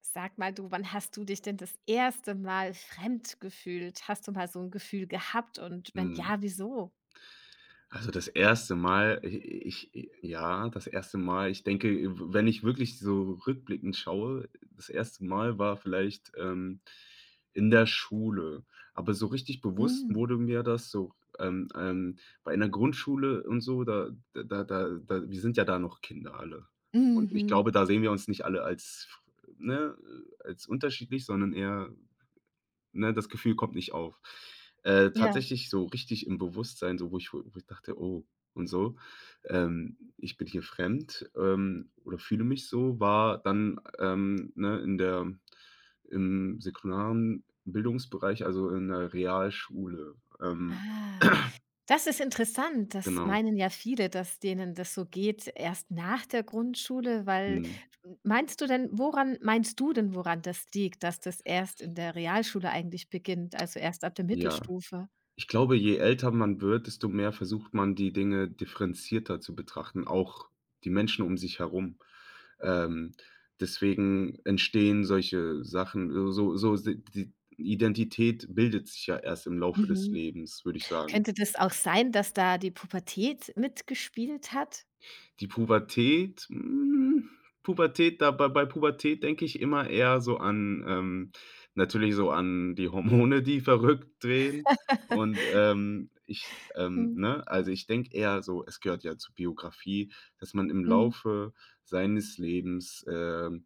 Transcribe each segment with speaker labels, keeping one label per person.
Speaker 1: Sag mal du, wann hast du dich denn das erste Mal fremd gefühlt? Hast du mal so ein Gefühl gehabt und wenn
Speaker 2: Mhm.
Speaker 1: ja, wieso?
Speaker 2: Also, das erste Mal, das erste Mal, ich denke, w wenn ich wirklich so rückblickend schaue, das erste Mal war vielleicht, in der Schule. Aber so richtig bewusst
Speaker 1: Hm,
Speaker 2: wurde mir das so, ähm, ähm, bei einer Grundschule und so, da wir sind ja da noch Kinder alle. Und ich
Speaker 1: mhm,
Speaker 2: glaube, da sehen wir uns nicht alle als, ne, als unterschiedlich, sondern eher. Ne, das Gefühl kommt nicht auf.
Speaker 1: ja.
Speaker 2: Tatsächlich so richtig im Bewusstsein, so wo ich dachte: „Oh" und so, ich bin hier fremd, oder fühle mich so, war dann, ne, in der im säkularen Bildungsbereich, also in der Realschule.
Speaker 1: Ah, das ist interessant. Das
Speaker 2: Genau.
Speaker 1: meinen ja viele, dass denen das so geht, erst nach der Grundschule, weil
Speaker 2: Mhm.
Speaker 1: hm, meinst du denn, woran das liegt, dass das erst in der Realschule eigentlich beginnt, also erst ab der
Speaker 2: Ja.
Speaker 1: Mittelstufe?
Speaker 2: Ich glaube, je älter man wird, desto mehr versucht man, die Dinge differenzierter zu betrachten, auch die Menschen um sich herum. Ähm, Deswegen entstehen solche Sachen, so so so si die Identität bildet sich ja erst im Laufe des
Speaker 1: Mhm.
Speaker 2: Lebens, würde ich sagen.
Speaker 1: Könnte das auch sein, dass da die Pubertät mitgespielt hat?
Speaker 2: Die Pubertät hm, Pubertät da Bei Pubertät denke ich immer eher so an, natürlich so an die Hormone, die verrückt drehen und, also ich denke eher so, es gehört ja zur Biografie, dass man im
Speaker 1: Mhm.
Speaker 2: Laufe seines Lebens,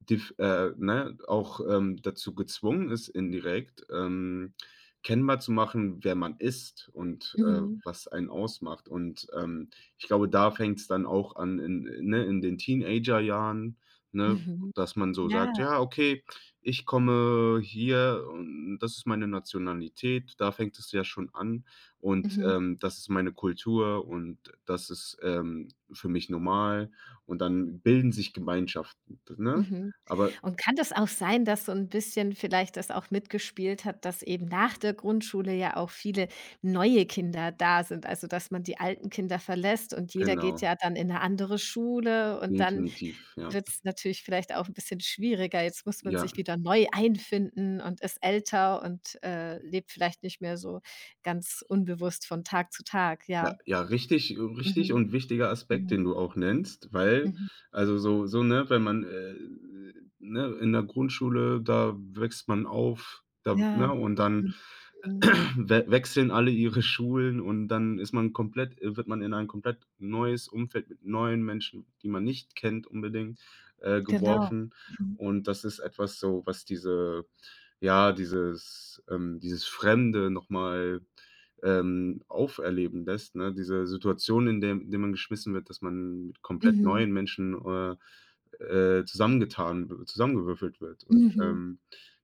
Speaker 2: Def ne, auch, dazu gezwungen ist indirekt, kennbar zu machen, wer man ist und,
Speaker 1: Mhm.
Speaker 2: was einen ausmacht. Und, ich glaube, da fängt es dann auch an in, ne, in den Teenagerjahren, ne,
Speaker 1: Mhm.
Speaker 2: dass man so sagt:
Speaker 1: Ja.
Speaker 2: „Ja, okay, ich komme hier und das ist meine Nationalität." Da fängt es ja schon an und,
Speaker 1: Mhm.
Speaker 2: das ist meine Kultur und das ist, für mich normal und dann bilden sich Gemeinschaften, ne?
Speaker 1: Mhm.
Speaker 2: Aber
Speaker 1: Und kann das auch sein, dass so 'n bisschen vielleicht das auch mitgespielt hat, dass eben nach der Grundschule ja auch viele neue Kinder da sind, also, dass man die alten Kinder verlässt und jeder geht
Speaker 2: genau,
Speaker 1: ja dann in 'ne andere Schule und dann
Speaker 2: definitiv, ja.
Speaker 1: wird's natürlich vielleicht auch 'n bisschen schwieriger. Jetzt muss man
Speaker 2: Ja,
Speaker 1: sich wieder neu einfinden und ist älter und, lebt vielleicht nicht mehr so ganz unbewusst von Tag zu Tag,
Speaker 2: ja,
Speaker 1: ja.
Speaker 2: ja, richtig
Speaker 1: Mhm.
Speaker 2: und wichtiger Aspekt, den
Speaker 1: Mhm.
Speaker 2: du auch nennst, weil
Speaker 1: Mhm.
Speaker 2: also so, ne, wenn man, ne, in der Grundschule, da wächst man auf, da,
Speaker 1: Ja.
Speaker 2: ne, und dann
Speaker 1: Mhm. Mhm.
Speaker 2: we wechseln alle ihre Schulen und dann ist man komplett, wird man in ein komplett neues Umfeld mit neuen Menschen, die man nicht kennt unbedingt,
Speaker 1: Genau.
Speaker 2: geworfen.
Speaker 1: Mhm.
Speaker 2: Und das ist etwas so, was dieses Fremde noch mal, auferleben lässt, ne? Diese Situation, in der man geschmissen wird, dass man mit komplett
Speaker 1: Mhm.
Speaker 2: neuen Menschen, zusammengetan zusammengewürfelt wird. Und,
Speaker 1: Mhm.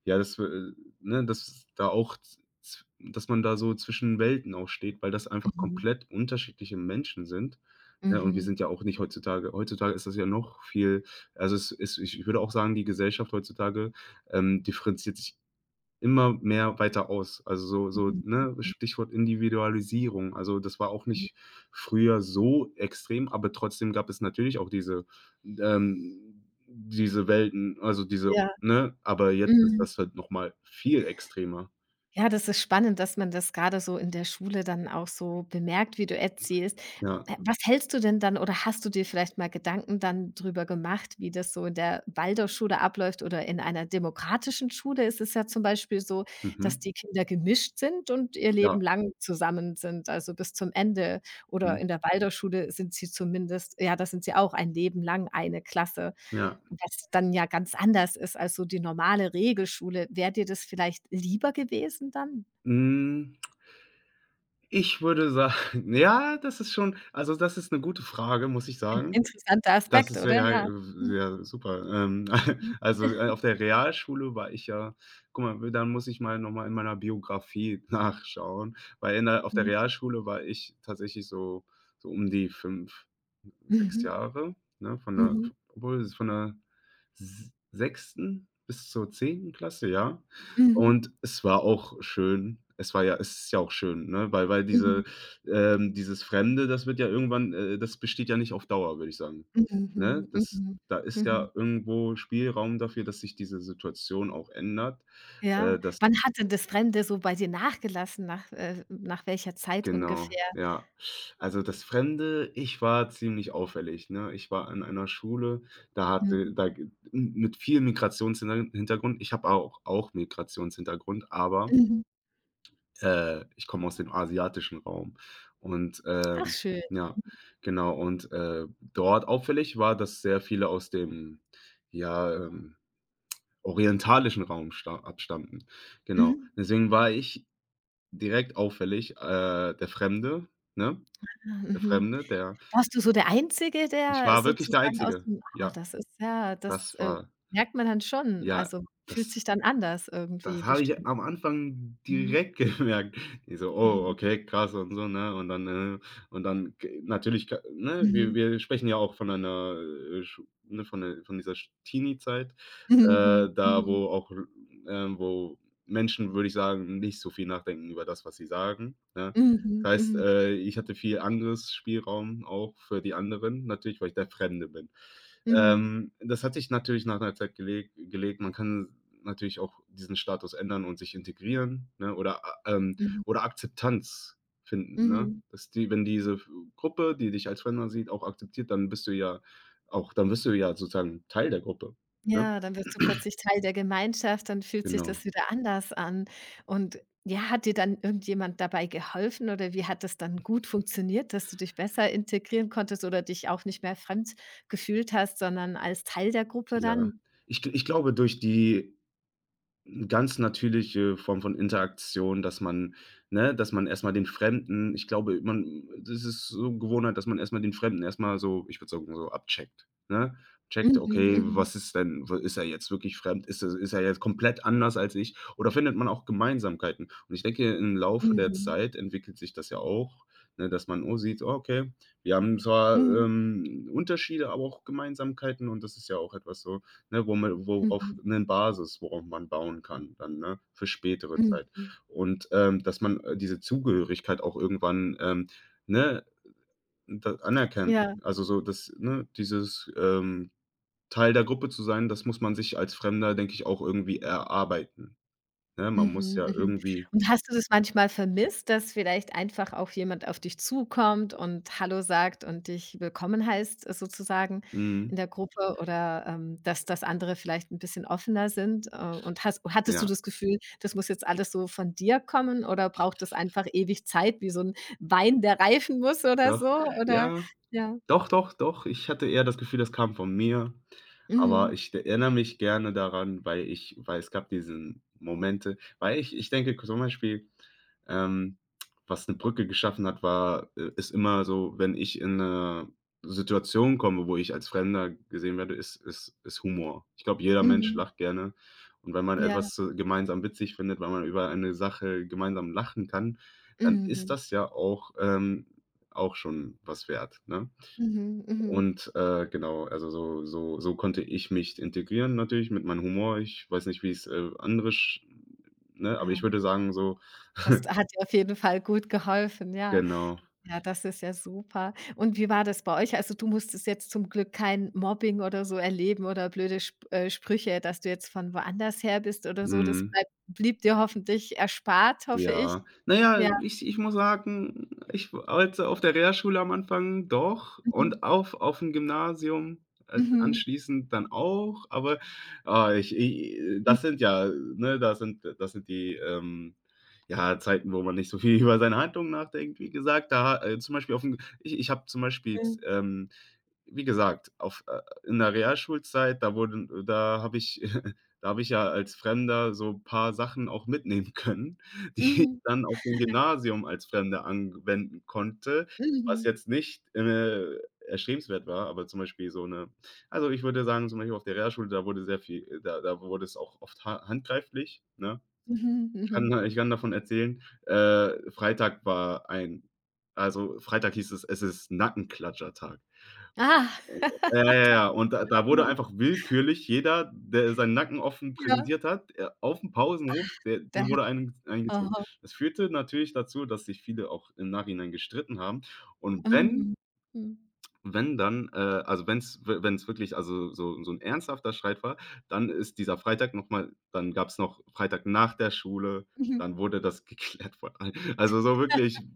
Speaker 2: ja, dass da auch, z dass man da so zwischen Welten auch steht, weil das einfach
Speaker 1: Mhm.
Speaker 2: komplett unterschiedliche Menschen sind, ja. Und wir
Speaker 1: Mhm.
Speaker 2: sind ja auch nicht heutzutage, ist das ja noch viel, also, es ist, ich würde auch sagen, die Gesellschaft heutzutage, differenziert sich immer mehr weiter aus. Also, so,
Speaker 1: Mhm.
Speaker 2: ne,
Speaker 1: Mhm.
Speaker 2: Stichwort Individualisierung. Also, das war auch
Speaker 1: Mhm.
Speaker 2: nicht früher so extrem, aber trotzdem gab es natürlich auch diese, ähm diese Welten, also, diese,
Speaker 1: Ja.
Speaker 2: ne? Aber jetzt ist
Speaker 1: Mhm.
Speaker 2: das halt noch mal viel extremer.
Speaker 1: Ja, das ist spannend, dass man das gerade so in der Schule dann auch so bemerkt, wie du erzählst.
Speaker 2: Ja,
Speaker 1: Was hältst du denn dann oder hast du dir vielleicht mal Gedanken dann drüber gemacht, wie das so in der Waldorfschule abläuft oder in einer demokratischen Schule ist es ja zum Beispiel so, dass
Speaker 2: mhm.
Speaker 1: die Kinder gemischt sind und ihr Leben
Speaker 2: Ja,
Speaker 1: lang zusammen sind, also bis zum Ende. Oder
Speaker 2: mhm,
Speaker 1: in der Waldorfschule sind sie zumindest ja, da sind sie auch ein Leben lang eine Klasse.
Speaker 2: ja.
Speaker 1: Was dann ja ganz anders ist als so die normale Regelschule. Wäre dir das vielleicht lieber gewesen dann?
Speaker 2: Hm, ich würde sagen ja, das ist schon, also, das ist 'ne gute Frage, muss ich
Speaker 1: Ein
Speaker 2: sagen.
Speaker 1: interessanter
Speaker 2: Das
Speaker 1: Aspekt,
Speaker 2: ist
Speaker 1: oder?
Speaker 2: ja,
Speaker 1: Ja. Mhm,
Speaker 2: ja super. Also, auf der Realschule war ich ja, guck mal, dann muss ich mal noch mal in meiner Biografie nachschauen, weil in der auf der
Speaker 1: mhm,
Speaker 2: Realschule war ich tatsächlich so, um die 5. Sechs
Speaker 1: mhm.
Speaker 2: Jahre, ne,
Speaker 1: Mhm.
Speaker 2: von der s 6. bis zur 10. Klasse, ja.
Speaker 1: Mhm.
Speaker 2: Und es war auch schön. Es war ja, es ist ja auch schön, ne, weil
Speaker 1: Mhm.
Speaker 2: diese, dieses Fremde, das wird ja irgendwann, das besteht ja nicht auf Dauer, würde ich sagen, ne?
Speaker 1: Mhm.
Speaker 2: Das
Speaker 1: Mhm.
Speaker 2: Da ist
Speaker 1: Mhm.
Speaker 2: ja irgendwo Spielraum dafür, dass sich diese Situation auch ändert,
Speaker 1: Ja.
Speaker 2: dass
Speaker 1: Wann hat denn das Fremde so bei dir nachgelassen? Nach, nach welcher Zeit
Speaker 2: Genau,
Speaker 1: ungefähr?
Speaker 2: ja. Also, das Fremde ich war ziemlich auffällig, ne? Ich war in einer Schule, da
Speaker 1: Mhm.
Speaker 2: hatte da g m mit viel Migrationshintergrund. Ich habe auch Migrationshintergrund, aber,
Speaker 1: Mhm.
Speaker 2: ich komme aus dem asiatischen Raum und,
Speaker 1: Ach schön.
Speaker 2: ja, genau und, dort auffällig war, dass sehr viele aus dem, ja, orientalischen Raum, sta abstammten. Genau.
Speaker 1: Mhm.
Speaker 2: Deswegen war ich direkt auffällig, der Fremde, ne?
Speaker 1: Ah,
Speaker 2: Der
Speaker 1: mhm.
Speaker 2: Fremde, der
Speaker 1: Warst du so der Einzige,
Speaker 2: ich
Speaker 1: der
Speaker 2: war wirklich der
Speaker 1: sozusagen aus
Speaker 2: Einzige.
Speaker 1: dem ah,
Speaker 2: Ja,
Speaker 1: das ist ja das,
Speaker 2: das war
Speaker 1: merkt man dann schon.
Speaker 2: ja,
Speaker 1: Also, fühlt sich
Speaker 2: das
Speaker 1: dann anders irgendwie
Speaker 2: das habe ich
Speaker 1: bestimmt.
Speaker 2: am Anfang
Speaker 1: Mhm.
Speaker 2: direkt gemerkt. Ich so: „Oh,
Speaker 1: Mhm.
Speaker 2: okay, krass" und so, ne? Und dann, und dann, g natürlich, ka ne,
Speaker 1: Mhm.
Speaker 2: wir sprechen ja auch von einer, Schu ne, von der, von dieser Sch Teenie-Zeit,
Speaker 1: Mhm.
Speaker 2: da
Speaker 1: Mhm.
Speaker 2: wo auch, wo Menschen, würde ich sagen, nicht so viel nachdenken über das, was sie sagen, ne?
Speaker 1: Mhm.
Speaker 2: Das heißt,
Speaker 1: Mhm.
Speaker 2: ich hatte viel Angriffsspielraum auch für die anderen, natürlich, weil ich der Fremde bin.
Speaker 1: Mhm. Mhm.
Speaker 2: Das hat sich natürlich nach einer Zeit gelegt. Man kann natürlich auch diesen Status ändern und sich integrieren, ne,
Speaker 1: Mhm.
Speaker 2: oder Akzeptanz finden, ne?
Speaker 1: Mhm.
Speaker 2: Dass die, wenn diese Gruppe, die dich als Fremder sieht, auch akzeptiert, dann bist du ja, sozusagen Teil der Gruppe, ne?
Speaker 1: Ja, dann wirst du plötzlich Teil der Gemeinschaft, dann fühlt sich
Speaker 2: Genau,
Speaker 1: das wieder anders an. Und ja, hat dir dann irgendjemand dabei geholfen oder wie hat das dann gut funktioniert, dass du dich besser integrieren konntest oder dich auch nicht mehr fremd gefühlt hast, sondern als Teil der Gruppe
Speaker 2: ja.
Speaker 1: dann?
Speaker 2: Ich, g ich glaube, durch die ganz natürliche Form von Interaktion, dass man, ne, dass man erstmal den Fremden, ich glaube, man, das ist so Gewohnheit, dass man erstmal den Fremden erstmal so, ich würde sagen, so abcheckt, ne? Checkt,
Speaker 1: Mhm,
Speaker 2: okay,
Speaker 1: mhm,
Speaker 2: was ist denn, w ist er jetzt wirklich fremd? Ist er jetzt komplett anders als ich? Oder findet man auch Gemeinsamkeiten? Und ich denke, im Laufe der
Speaker 1: mhm,
Speaker 2: Zeit entwickelt sich das ja auch, ne, dass man, oh, sieht, oh, okay, wir haben zwar,
Speaker 1: mhm,
Speaker 2: Unterschiede, aber auch Gemeinsamkeiten und das ist ja auch etwas so. Ne, wo man worauf
Speaker 1: mhm,
Speaker 2: eine Basis, worauf man bauen kann dann, ne, für spätere
Speaker 1: mhm.
Speaker 2: Zeit.
Speaker 1: mhm.
Speaker 2: Und, dass man, diese Zugehörigkeit auch irgendwann, ne, da anerkennt.
Speaker 1: Ja.
Speaker 2: Also, so das, ne, dieses, Teil der Gruppe zu sein, das muss man sich als Fremder, denke ich, auch irgendwie erarbeiten, ne? Man muss
Speaker 1: Mhm,
Speaker 2: ja
Speaker 1: mhm.
Speaker 2: irgendwie,
Speaker 1: Und hast du das manchmal vermisst, dass vielleicht einfach auch jemand auf dich zukommt und „Hallo“ sagt und dich willkommen heißt, sozusagen in
Speaker 2: mhm,
Speaker 1: der Gruppe oder, dass das andere vielleicht ein bisschen offener sind? Und hast hattest du
Speaker 2: ja,
Speaker 1: das Gefühl, das muss jetzt alles so von dir kommen oder braucht das einfach ewig Zeit wie so ein Wein, der reifen muss oder
Speaker 2: doch.
Speaker 1: so? Oder
Speaker 2: Ja,
Speaker 1: ja.
Speaker 2: doch, doch, doch. Ich hatte eher das Gefühl, das kam von mir. Aber
Speaker 1: Mhm.
Speaker 2: ich erinnere mich gerne daran, weil ich, weil es gab diesen Momente, weil ich, denke zum Beispiel, ähm, was eine Brücke geschaffen hat, war, i ist immer so, wenn ich in 'ne Situation komme, wo ich als Fremder gesehen werde, ist, ist Humor. Ich glaube, jeder Mensch
Speaker 1: Mhm.
Speaker 2: lacht gerne. Und wenn man
Speaker 1: Ja.
Speaker 2: etwas, z gemeinsam witzig findet, wenn man über eine Sache gemeinsam lachen kann, dann ist
Speaker 1: Mhm.
Speaker 2: das ja auch, auch schon was wert, ne?
Speaker 1: Mhm. Mhm.
Speaker 2: Und, genau, also so konnte ich mich integrieren natürlich mit meinem Humor. Ich weiß nicht, wie's, andere sch ne, aber
Speaker 1: Ah,
Speaker 2: ich würde sagen so,
Speaker 1: das hat dir auf jeden Fall gut geholfen, ja.
Speaker 2: genau.
Speaker 1: Ja, das ist ja super. Und wie war das bei euch? Also, du musstest jetzt zum Glück kein Mobbing oder so erleben oder blöde Sp Sprüche, dass du jetzt von woanders her bist oder so. Das
Speaker 2: Mhm.
Speaker 1: bleibt blieb dir hoffentlich erspart, hoffe ich.
Speaker 2: Ja. Naja,
Speaker 1: Ja.
Speaker 2: ich muss sagen, ich wollte auf der Realschule am Anfang doch
Speaker 1: Mhm.
Speaker 2: und auf, dem Gymnasium,
Speaker 1: Mhm.
Speaker 2: anschließend dann auch, aber, ich, i
Speaker 1: Mhm.
Speaker 2: das sind ja, ne, das sind die, ja, Zeiten, wo man nicht so viel über seine Handlungen nachdenkt, wie gesagt. Da, zum Beispiel auf dem, ich habe zum Beispiel, wie gesagt, auf, in der Realschulzeit, da habe ich da habe ich ja als Fremder so ein paar Sachen auch mitnehmen können, die ich
Speaker 1: Mhm.
Speaker 2: dann auf dem Gymnasium als Fremder anwenden konnte, was
Speaker 1: Mhm.
Speaker 2: jetzt nicht, erstrebenswert war, aber zum Beispiel so eine, also, ich würde sagen, zum Beispiel auf der Realschule, da wurde sehr viel, da da wurde es auch oft, ha handgreiflich, ne?
Speaker 1: Mhm. Mhm.
Speaker 2: Ich kann davon erzählen, Freitag war ein, also, Freitag hieß es: „Es ist Nackenklatschertag."
Speaker 1: Ah.
Speaker 2: Ja, ja, ja. Ja. Und da wurde
Speaker 1: Mhm.
Speaker 2: einfach willkürlich jeder, der seinen Nacken offen
Speaker 1: Ja.
Speaker 2: präsentiert hat, aufm Pausenhof, der,
Speaker 1: Da
Speaker 2: dem
Speaker 1: hat
Speaker 2: wurde einen eingezogen.
Speaker 1: aha.
Speaker 2: Das führte natürlich dazu, dass sich viele auch im Nachhinein gestritten haben. Und wenn,
Speaker 1: Mhm. Mhm.
Speaker 2: dann, also, wenn's, we wenn's wirklich also so so ein ernsthafter Streit war, dann ist dieser Freitag noch mal, dann gab es noch Freitag nach der Schule,
Speaker 1: Mhm.
Speaker 2: dann wurde das geklärt von allen. Also so wirklich,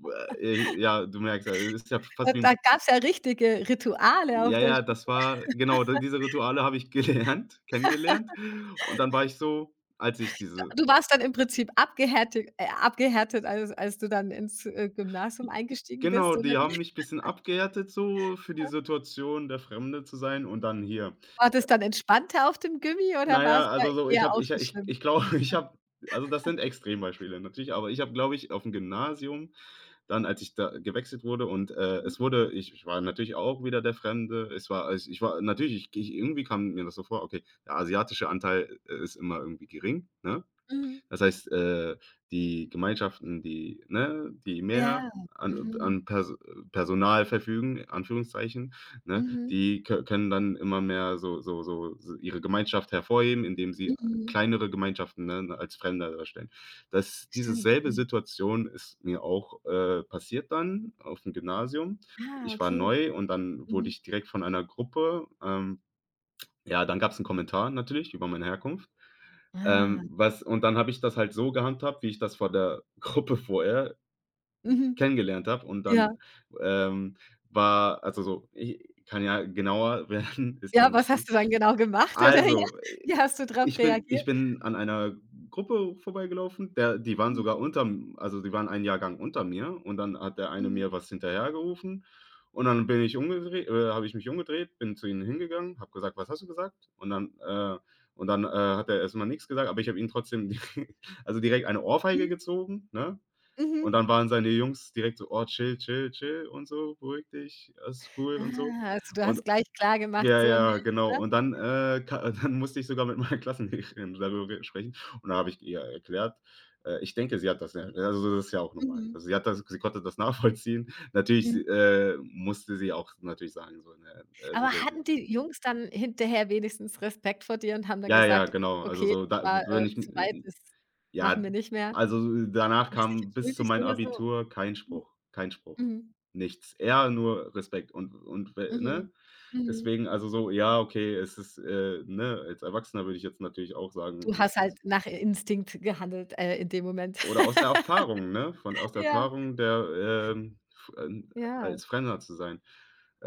Speaker 2: ja, du merkst, also es ist ja
Speaker 1: Da
Speaker 2: fast wie 'n,
Speaker 1: gab's ja richtige Rituale auf
Speaker 2: ja,
Speaker 1: der
Speaker 2: ja, das war genau, d diese Rituale habe ich gelernt, kennengelernt. Und dann war ich so, als ich diese,
Speaker 1: Du warst dann im Prinzip abgehärtet, als du dann ins, Gymnasium eingestiegen
Speaker 2: genau,
Speaker 1: bist, oder
Speaker 2: die haben
Speaker 1: wie?
Speaker 2: mich bisschen abgehärtet so für die Situation, der Fremde zu sein und dann hier.
Speaker 1: War das dann entspannter auf dem Gymi oder
Speaker 2: Na
Speaker 1: war's
Speaker 2: ja,
Speaker 1: da
Speaker 2: also so, ich
Speaker 1: eher
Speaker 2: habe,
Speaker 1: auch
Speaker 2: ich
Speaker 1: so
Speaker 2: ich
Speaker 1: schlimm?
Speaker 2: ich glaube, ich habe, also das sind Extrembeispiele natürlich, aber ich habe, glaube ich, aufm Gymnasium dann, als ich da gewechselt wurde und,
Speaker 1: Mhm,
Speaker 2: es wurde, ich war natürlich auch wieder der Fremde. Es war, als ich war natürlich, ich irgendwie kam mir das so vor, okay, der asiatische Anteil, ist immer irgendwie gering, ne?
Speaker 1: mhm.
Speaker 2: Das heißt, die Gemeinschaften, die, ne, die mehr
Speaker 1: Ja,
Speaker 2: an,
Speaker 1: mhm,
Speaker 2: Personal verfügen, in Anführungszeichen, ne,
Speaker 1: mhm,
Speaker 2: die, kö können dann immer mehr so ihre Gemeinschaft hervorheben, indem sie
Speaker 1: mhm.
Speaker 2: kleinere Gemeinschaften, ne, ne, als Fremder darstellen. Das Diese
Speaker 1: Stimmt,
Speaker 2: selbe
Speaker 1: mhm.
Speaker 2: Situation ist mir auch, passiert dann auf dem Gymnasium.
Speaker 1: Ah,
Speaker 2: Ich war
Speaker 1: okay.
Speaker 2: neu und dann wurde
Speaker 1: Mhm.
Speaker 2: ich direkt von einer Gruppe, ja, dann gab es einen Kommentar natürlich über meine Herkunft.
Speaker 1: Ah,
Speaker 2: Was und dann habe ich das halt so gehandhabt, wie ich das vor der Gruppe vorher
Speaker 1: mhm.
Speaker 2: kennengelernt habe und
Speaker 1: Ja.
Speaker 2: dann, ähm, war, also so, ich kann ja genauer werden, ist ja
Speaker 1: Ja, was
Speaker 2: nicht schlimm.
Speaker 1: hast du dann genau gemacht, oder? Ja.
Speaker 2: Also,
Speaker 1: Wie hast du darauf reagiert?
Speaker 2: ich bin an einer Gruppe vorbeigelaufen, der, die waren
Speaker 1: Mhm,
Speaker 2: sogar unterm, also die waren einen Jahrgang unter mir und dann hat der eine
Speaker 1: mhm,
Speaker 2: mir was hinterhergerufen und dann bin ich umgedreht, habe ich mich umgedreht, bin zu ihnen hingegangen, habe gesagt: „Was hast du gesagt?" Und dann, hat er erst mal nix gesagt, aber ich habe ihn trotzdem direkt, also direkt eine
Speaker 1: mhm,
Speaker 2: Ohrfeige gezogen, ne? Und
Speaker 1: mhm.
Speaker 2: dann waren seine Jungs direkt so: „Oh, chill, chill, chill und so, beruhig dich, alles cool und so."
Speaker 1: Ah, also du
Speaker 2: Und
Speaker 1: hast gleich klar gemacht
Speaker 2: ja,
Speaker 1: „So
Speaker 2: ja,
Speaker 1: nicht“,
Speaker 2: genau.
Speaker 1: ne?
Speaker 2: Und dann, ka dann musste ich sogar mit meiner Klassenlehrerin darüber re sprechen und da habe ich ihr erklärt, ich denke, sie hat das ja, also, das ist ja auch normal.
Speaker 1: Mhm.
Speaker 2: Also, sie hat das, sie konnte das nachvollziehen. Natürlich,
Speaker 1: Mhm.
Speaker 2: sie, musste sie auch natürlich sagen, so, ne, also,
Speaker 1: Aber
Speaker 2: so die,
Speaker 1: hatten die Jungs dann hinterher wenigstens Respekt vor dir und haben dann
Speaker 2: ja, ja,
Speaker 1: gesagt:
Speaker 2: genau. Also,
Speaker 1: „Okay,
Speaker 2: so,
Speaker 1: das
Speaker 2: da,
Speaker 1: war,
Speaker 2: wenn
Speaker 1: zu weit,
Speaker 2: ich,
Speaker 1: das machen
Speaker 2: ja,
Speaker 1: wir nicht mehr“?
Speaker 2: also, danach
Speaker 1: Haben die sich
Speaker 2: kam bis zu
Speaker 1: entschuldigt
Speaker 2: meinem
Speaker 1: oder so?
Speaker 2: Abitur kein
Speaker 1: Mhm,
Speaker 2: Spruch, kein Spruch,
Speaker 1: mhm,
Speaker 2: nichts. Eher nur Respekt und we,
Speaker 1: mhm,
Speaker 2: ne?
Speaker 1: mhm.
Speaker 2: Deswegen, also so, ja, okay, es ist, ne, als Erwachsener würde ich jetzt natürlich auch sagen,
Speaker 1: Du hast
Speaker 2: es
Speaker 1: halt
Speaker 2: ist,
Speaker 1: nach Instinkt gehandelt, in dem Moment.
Speaker 2: oder aus der Erfahrung, ne? Von, aus der
Speaker 1: Ja,
Speaker 2: Erfahrung der, f
Speaker 1: ja.
Speaker 2: als Fremder zu sein.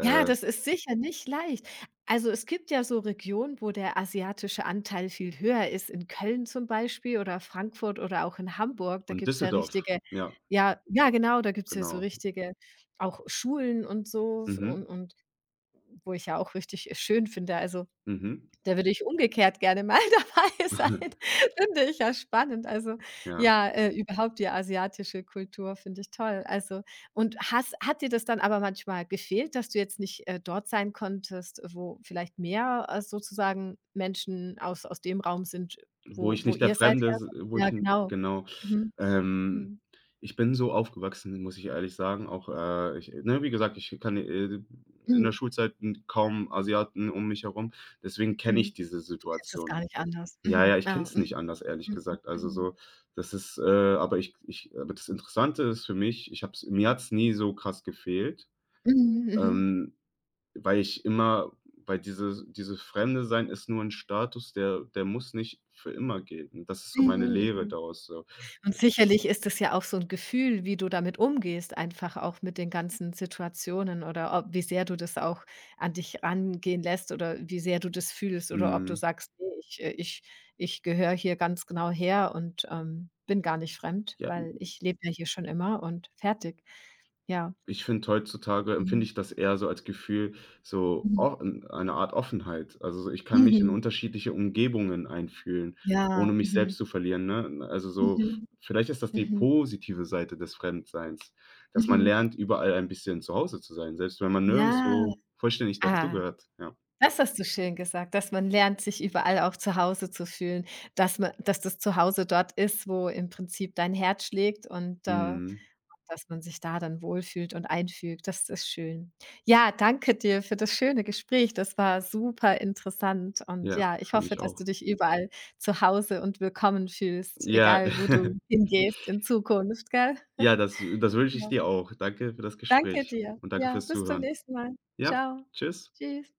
Speaker 1: Ja, das ist sicher nicht leicht. Also es gibt ja so Regionen, wo der asiatische Anteil viel höher ist. In Köln zum Beispiel oder Frankfurt oder auch in Hamburg. Da
Speaker 2: und
Speaker 1: gibt's ja
Speaker 2: Düsseldorf,
Speaker 1: richtige
Speaker 2: ja,
Speaker 1: ja, ja genau, da gibt's ja so
Speaker 2: genau.
Speaker 1: richtige auch Schulen und so
Speaker 2: Mhm,
Speaker 1: und wo ich ja auch richtig schön finde. Also
Speaker 2: mhm.
Speaker 1: da würde ich umgekehrt gerne mal dabei sein. Finde ich ja spannend. Also,
Speaker 2: Ja.
Speaker 1: ja, überhaupt die asiatische Kultur finde ich toll. Also und hast hat dir das dann aber manchmal gefehlt, dass du jetzt nicht, dort sein konntest, wo vielleicht mehr, sozusagen Menschen aus dem Raum sind,
Speaker 2: Wo ich
Speaker 1: wo
Speaker 2: nicht der
Speaker 1: ihr seither
Speaker 2: Fremde, s
Speaker 1: seid?
Speaker 2: wo
Speaker 1: Ja,
Speaker 2: ich 'n
Speaker 1: genau.
Speaker 2: genau.
Speaker 1: Mhm.
Speaker 2: Ähm,
Speaker 1: Mhm.
Speaker 2: Ich bin so aufgewachsen, muss ich ehrlich sagen. Auch, ich, ne, wie gesagt, ich kann, in der
Speaker 1: Mhm.
Speaker 2: Schulzeit, n kaum Asiaten um mich herum. Deswegen kenne
Speaker 1: Mhm.
Speaker 2: ich diese
Speaker 1: Du kennst es gar
Speaker 2: Situation.
Speaker 1: nicht anders.
Speaker 2: Ja, ja,
Speaker 1: Mhm.
Speaker 2: ich kenne
Speaker 1: Ja.
Speaker 2: es
Speaker 1: Mhm.
Speaker 2: nicht anders, ehrlich gesagt. Also,
Speaker 1: Mhm.
Speaker 2: so, das ist, aber ich aber das Interessante ist für mich, ich habe es, mir hat's nie so krass gefehlt.
Speaker 1: Mhm. Mhm.
Speaker 2: Ähm weil ich immer, weil dieses Fremde sein ist nur ein Status, der muss nicht für immer gelten. Das ist so meine
Speaker 1: Mhm. Mhm.
Speaker 2: Lehre
Speaker 1: Mhm.
Speaker 2: daraus so.
Speaker 1: Und sicherlich ist es ja auch so 'n Gefühl, wie du damit umgehst, einfach auch mit den ganzen Situationen oder ob wie sehr du das auch an dich rangehen lässt oder wie sehr du das fühlst oder ob du
Speaker 2: Mhm,
Speaker 1: sagst: „Ne, ich ich gehöre hier ganz genau her und, bin gar nicht fremd,
Speaker 2: ja,
Speaker 1: weil ich lebe ja hier schon immer und fertig.“ Ja.
Speaker 2: ich finde heutzutage, empfinde
Speaker 1: Mhm.
Speaker 2: ich das eher so als Gefühl, so
Speaker 1: Mhm.
Speaker 2: o eine Art Offenheit. Also, so, ich kann mich in
Speaker 1: Mhm.
Speaker 2: unterschiedliche Umgebungen einfühlen,
Speaker 1: Ja,
Speaker 2: ohne mich
Speaker 1: mhm.
Speaker 2: selbst zu verlieren, ne? Also, so v
Speaker 1: Mhm.
Speaker 2: vielleicht ist das die
Speaker 1: Mhm.
Speaker 2: positive Seite des Fremdseins, dass man
Speaker 1: Mhm.
Speaker 2: lernt, überall ein bisschen zu Hause zu sein, selbst wenn man
Speaker 1: Ja,
Speaker 2: nirgendswo vollständig
Speaker 1: ah.
Speaker 2: dazugehört, ja.
Speaker 1: Das hast du schön gesagt, dass man lernt, sich überall auch zu Hause zu fühlen, dass man dass das Zuhause dort ist, wo im Prinzip dein Herz schlägt und,
Speaker 2: Mhm.
Speaker 1: dass man sich da dann wohlfühlt und einfügt. Das ist schön. Ja, danke dir für das schöne Gespräch. Das war super interessant und
Speaker 2: Ja,
Speaker 1: ja, ich
Speaker 2: fand
Speaker 1: hoffe,
Speaker 2: ich
Speaker 1: dass
Speaker 2: auch.
Speaker 1: du dich überall zu Hause und willkommen fühlst,
Speaker 2: Ja,
Speaker 1: egal wo du hingehst in Zukunft, gell?
Speaker 2: ja, das wünsche ich
Speaker 1: Ja,
Speaker 2: dir auch. Danke für das
Speaker 1: danke
Speaker 2: Gespräch
Speaker 1: dir.
Speaker 2: und danke
Speaker 1: Ja,
Speaker 2: fürs
Speaker 1: bis zum
Speaker 2: Zuhören.
Speaker 1: nächsten Mal.
Speaker 2: Ja,
Speaker 1: Ciao.
Speaker 2: tschüss.
Speaker 1: Tschüss.